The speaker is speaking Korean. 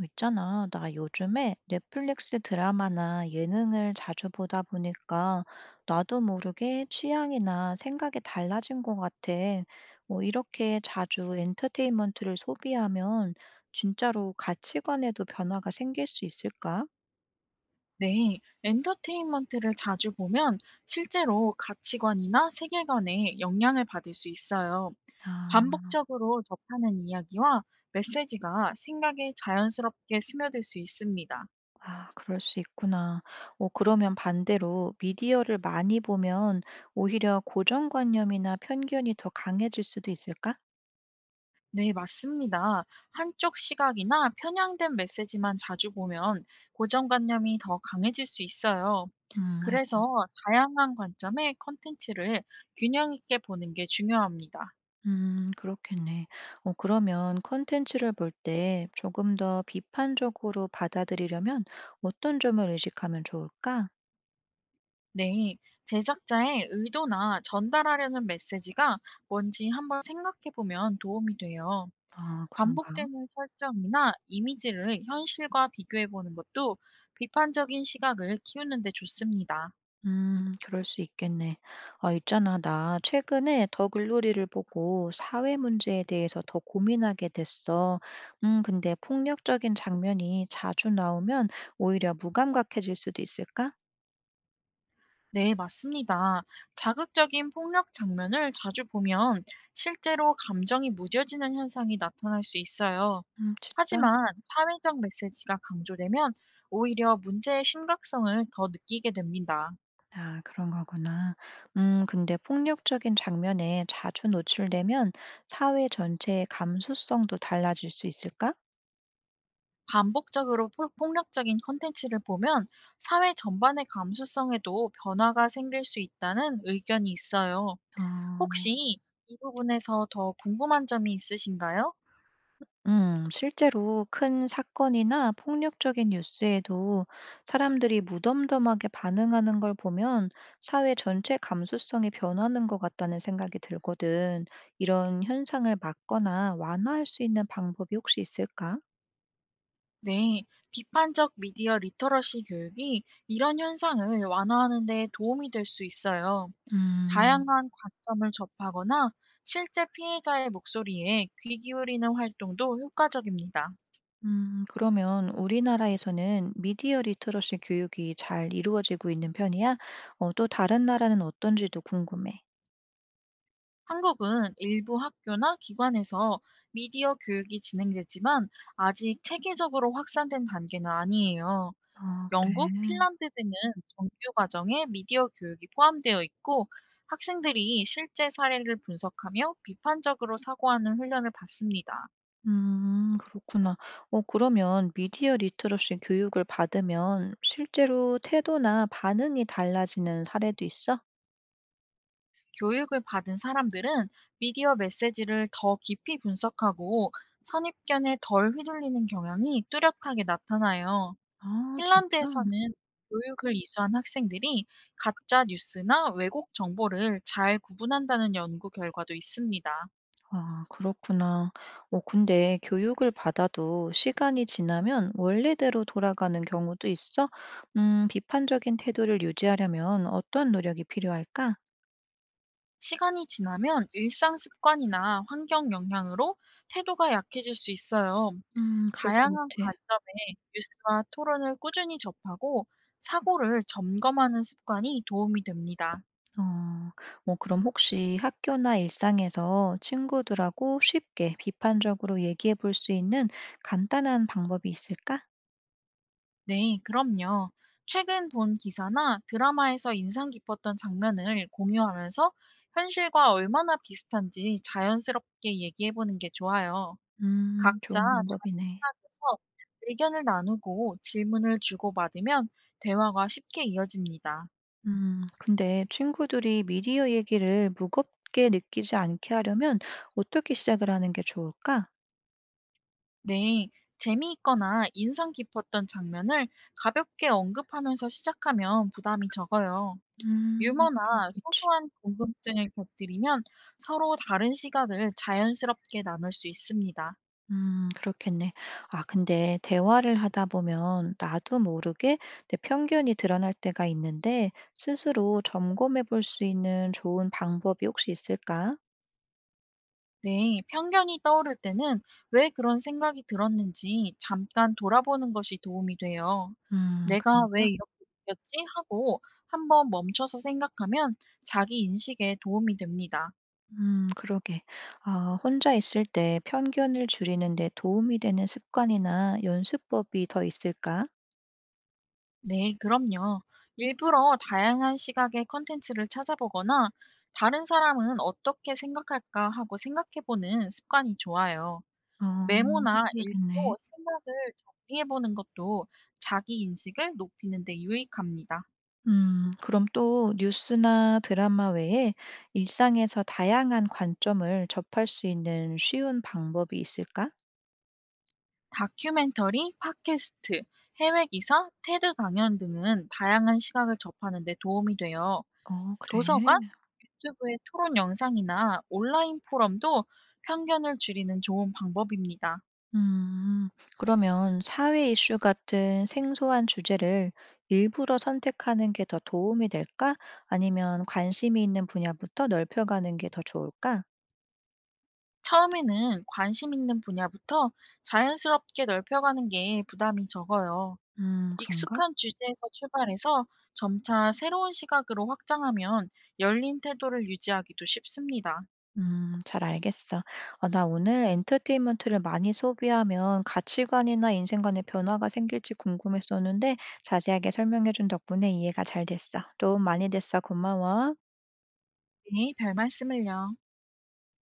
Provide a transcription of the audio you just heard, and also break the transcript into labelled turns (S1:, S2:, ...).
S1: 있잖아. 나 요즘에 넷플릭스 드라마나 예능을 자주 보다 보니까 나도 모르게 취향이나 생각이 달라진 것 같아. 뭐 이렇게 자주 엔터테인먼트를 소비하면 진짜로 가치관에도 변화가 생길 수 있을까?
S2: 네, 엔터테인먼트를 자주 보면 실제로 가치관이나 세계관에 영향을 받을 수 있어요.
S1: 아,
S2: 반복적으로 접하는 이야기와 메시지가 생각에 자연스럽게 스며들 수 있습니다.
S1: 아, 그럴 수 있구나. 그러면 반대로 미디어를 많이 보면 오히려 고정관념이나 편견이 더 강해질 수도 있을까?
S2: 네, 맞습니다. 한쪽 시각이나 편향된 메시지만 자주 보면 고정관념이 더 강해질 수 있어요.
S1: 아이고.
S2: 그래서 다양한 관점의 컨텐츠를 균형 있게 보는 게 중요합니다.
S1: 그렇겠네. 그러면 컨텐츠를 볼 때 조금 더 비판적으로 받아들이려면 어떤 점을 의식하면 좋을까?
S2: 네, 제작자의 의도나 전달하려는 메시지가 뭔지 한번 생각해 보면 도움이 돼요.
S1: 아, 그런가?
S2: 반복되는 설정이나 이미지를 현실과 비교해 보는 것도 비판적인 시각을 키우는 데 좋습니다.
S1: 그럴 수 있겠네. 아, 있잖아. 나 최근에 더 글로리를 보고 사회 문제에 대해서 더 고민하게 됐어. 근데 폭력적인 장면이 자주 나오면 오히려 무감각해질 수도 있을까?
S2: 네, 맞습니다. 자극적인 폭력 장면을 자주 보면 실제로 감정이 무뎌지는 현상이 나타날 수 있어요.
S1: 진짜?
S2: 하지만 사회적 메시지가 강조되면 오히려 문제의 심각성을 더 느끼게 됩니다.
S1: 아, 그런 거구나. 음, 근데 폭력적인 장면에 자주 노출되면 사회 전체의 감수성도 달라질 수 있을까?
S2: 반복적으로 폭력적인 콘텐츠를 보면 사회 전반의 감수성에도 변화가 생길 수 있다는 의견이 있어요. 혹시
S1: 아.
S2: 이 부분에서 더 궁금한 점이 있으신가요?
S1: 음, 실제로 큰 사건이나 폭력적인 뉴스에도 사람들이 무덤덤하게 반응하는 걸 보면 사회 전체 감수성이 변하는 것 같다는 생각이 들거든. 이런 현상을 막거나 완화할 수 있는 방법이 혹시 있을까?
S2: 네, 비판적 미디어 리터러시 교육이 이런 현상을 완화하는 데 도움이 될 수 있어요.
S1: 음.
S2: 다양한 관점을 접하거나 실제 피해자의 목소리에 귀 기울이는 활동도 효과적입니다.
S1: 그러면 우리나라에서는 미디어 리터러시 교육이 잘 이루어지고 있는 편이야? 또 다른 나라는 어떤지도 궁금해.
S2: 한국은 일부 학교나 기관에서 미디어 교육이 진행되지만 아직 체계적으로 확산된 단계는 아니에요.
S1: 아, 그래.
S2: 영국, 핀란드 등은 정규 과정에 미디어 교육이 포함되어 있고 학생들이 실제 사례를 분석하며 비판적으로 사고하는 훈련을 받습니다.
S1: 그렇구나. 그러면 미디어 리터러시 교육을 받으면 실제로 태도나 반응이 달라지는 사례도 있어?
S2: 교육을 받은 사람들은 미디어 메시지를 더 깊이 분석하고 선입견에 덜 휘둘리는 경향이 뚜렷하게 나타나요.
S1: 아, 진짜?
S2: 핀란드에서는 교육을 이수한 학생들이 가짜 뉴스나 왜곡 정보를 잘 구분한다는 연구 결과도 있습니다.
S1: 아, 그렇구나. 근데 교육을 받아도 시간이 지나면 원래대로 돌아가는 경우도 있어? 비판적인 태도를 유지하려면 어떤 노력이 필요할까?
S2: 시간이 지나면 일상 습관이나 환경 영향으로 태도가 약해질 수 있어요.
S1: 그럴 것
S2: 다양한
S1: 같아.
S2: 관점의 뉴스와 토론을 꾸준히 접하고 사고를 점검하는 습관이 도움이 됩니다.
S1: 어, 뭐 그럼 혹시 학교나 일상에서 친구들하고 쉽게 비판적으로 얘기해 볼 수 있는 간단한 방법이 있을까?
S2: 네, 그럼요. 최근 본 기사나 드라마에서 인상 깊었던 장면을 공유하면서 현실과 얼마나 비슷한지 자연스럽게 얘기해 보는 게 좋아요. 각자
S1: 좋은
S2: 다른
S1: 방법이네.
S2: 시각에서 의견을 나누고 질문을 주고받으면 대화가 쉽게 이어집니다.
S1: 근데 친구들이 미디어 얘기를 무겁게 느끼지 않게 하려면 어떻게 시작을 하는 게 좋을까?
S2: 네, 재미있거나 인상 깊었던 장면을 가볍게 언급하면서 시작하면 부담이 적어요.
S1: 그럴
S2: 유머나
S1: 수 있지.
S2: 소소한 궁금증을 곁들이면 서로 다른 시각을 자연스럽게 나눌 수 있습니다.
S1: 그렇겠네. 아, 근데 대화를 하다 보면 나도 모르게 내 편견이 드러날 때가 있는데 스스로 점검해 볼 수 있는 좋은 방법이 혹시 있을까?
S2: 네, 편견이 떠오를 때는 왜 그런 생각이 들었는지 잠깐 돌아보는 것이 도움이 돼요. 내가 왜
S1: 그런가?
S2: 이렇게 느꼈지? 하고 한번 멈춰서 생각하면 자기 인식에 도움이 됩니다.
S1: 그러게. 아, 혼자 있을 때 편견을 줄이는 데 도움이 되는 습관이나 연습법이 더 있을까?
S2: 네, 그럼요. 일부러 다양한 시각의 컨텐츠를 찾아보거나 다른 사람은 어떻게 생각할까 하고 생각해보는 습관이 좋아요.
S1: 아, 해
S2: 메모나
S1: 봐야겠네.
S2: 일기로 생각을 정리해 보는 것도 자기 인식을 높이는 데 유익합니다.
S1: 음, 그럼 또 뉴스나 드라마 외에 일상에서 다양한 관점을 접할 수 있는 쉬운 방법이 있을까?
S2: 다큐멘터리, 팟캐스트, 해외 기사, 테드 강연 등은 다양한 시각을 접하는 데 도움이 돼요.
S1: 어, 그래?
S2: 도서관, 유튜브의 토론 영상이나 온라인 포럼도 편견을 줄이는 좋은 방법입니다.
S1: 음. 그러면 사회 이슈 같은 생소한 주제를 일부러 선택하는 게 더 도움이 될까? 아니면 관심이 있는 분야부터 넓혀가는 게 더 좋을까?
S2: 처음에는 관심 있는 분야부터 자연스럽게 넓혀가는 게 부담이 적어요.
S1: 음, 그런가?
S2: 익숙한 주제에서 출발해서 점차 새로운 시각으로 확장하면 열린 태도를 유지하기도 쉽습니다.
S1: 잘 알겠어. 아, 나 오늘 엔터테인먼트를 많이 소비하면 가치관이나 인생관의 변화가 생길지 궁금했었는데 자세하게 설명해준 덕분에 이해가 잘 됐어. 도움 많이 됐어. 고마워.
S2: 네, 별 말씀을요.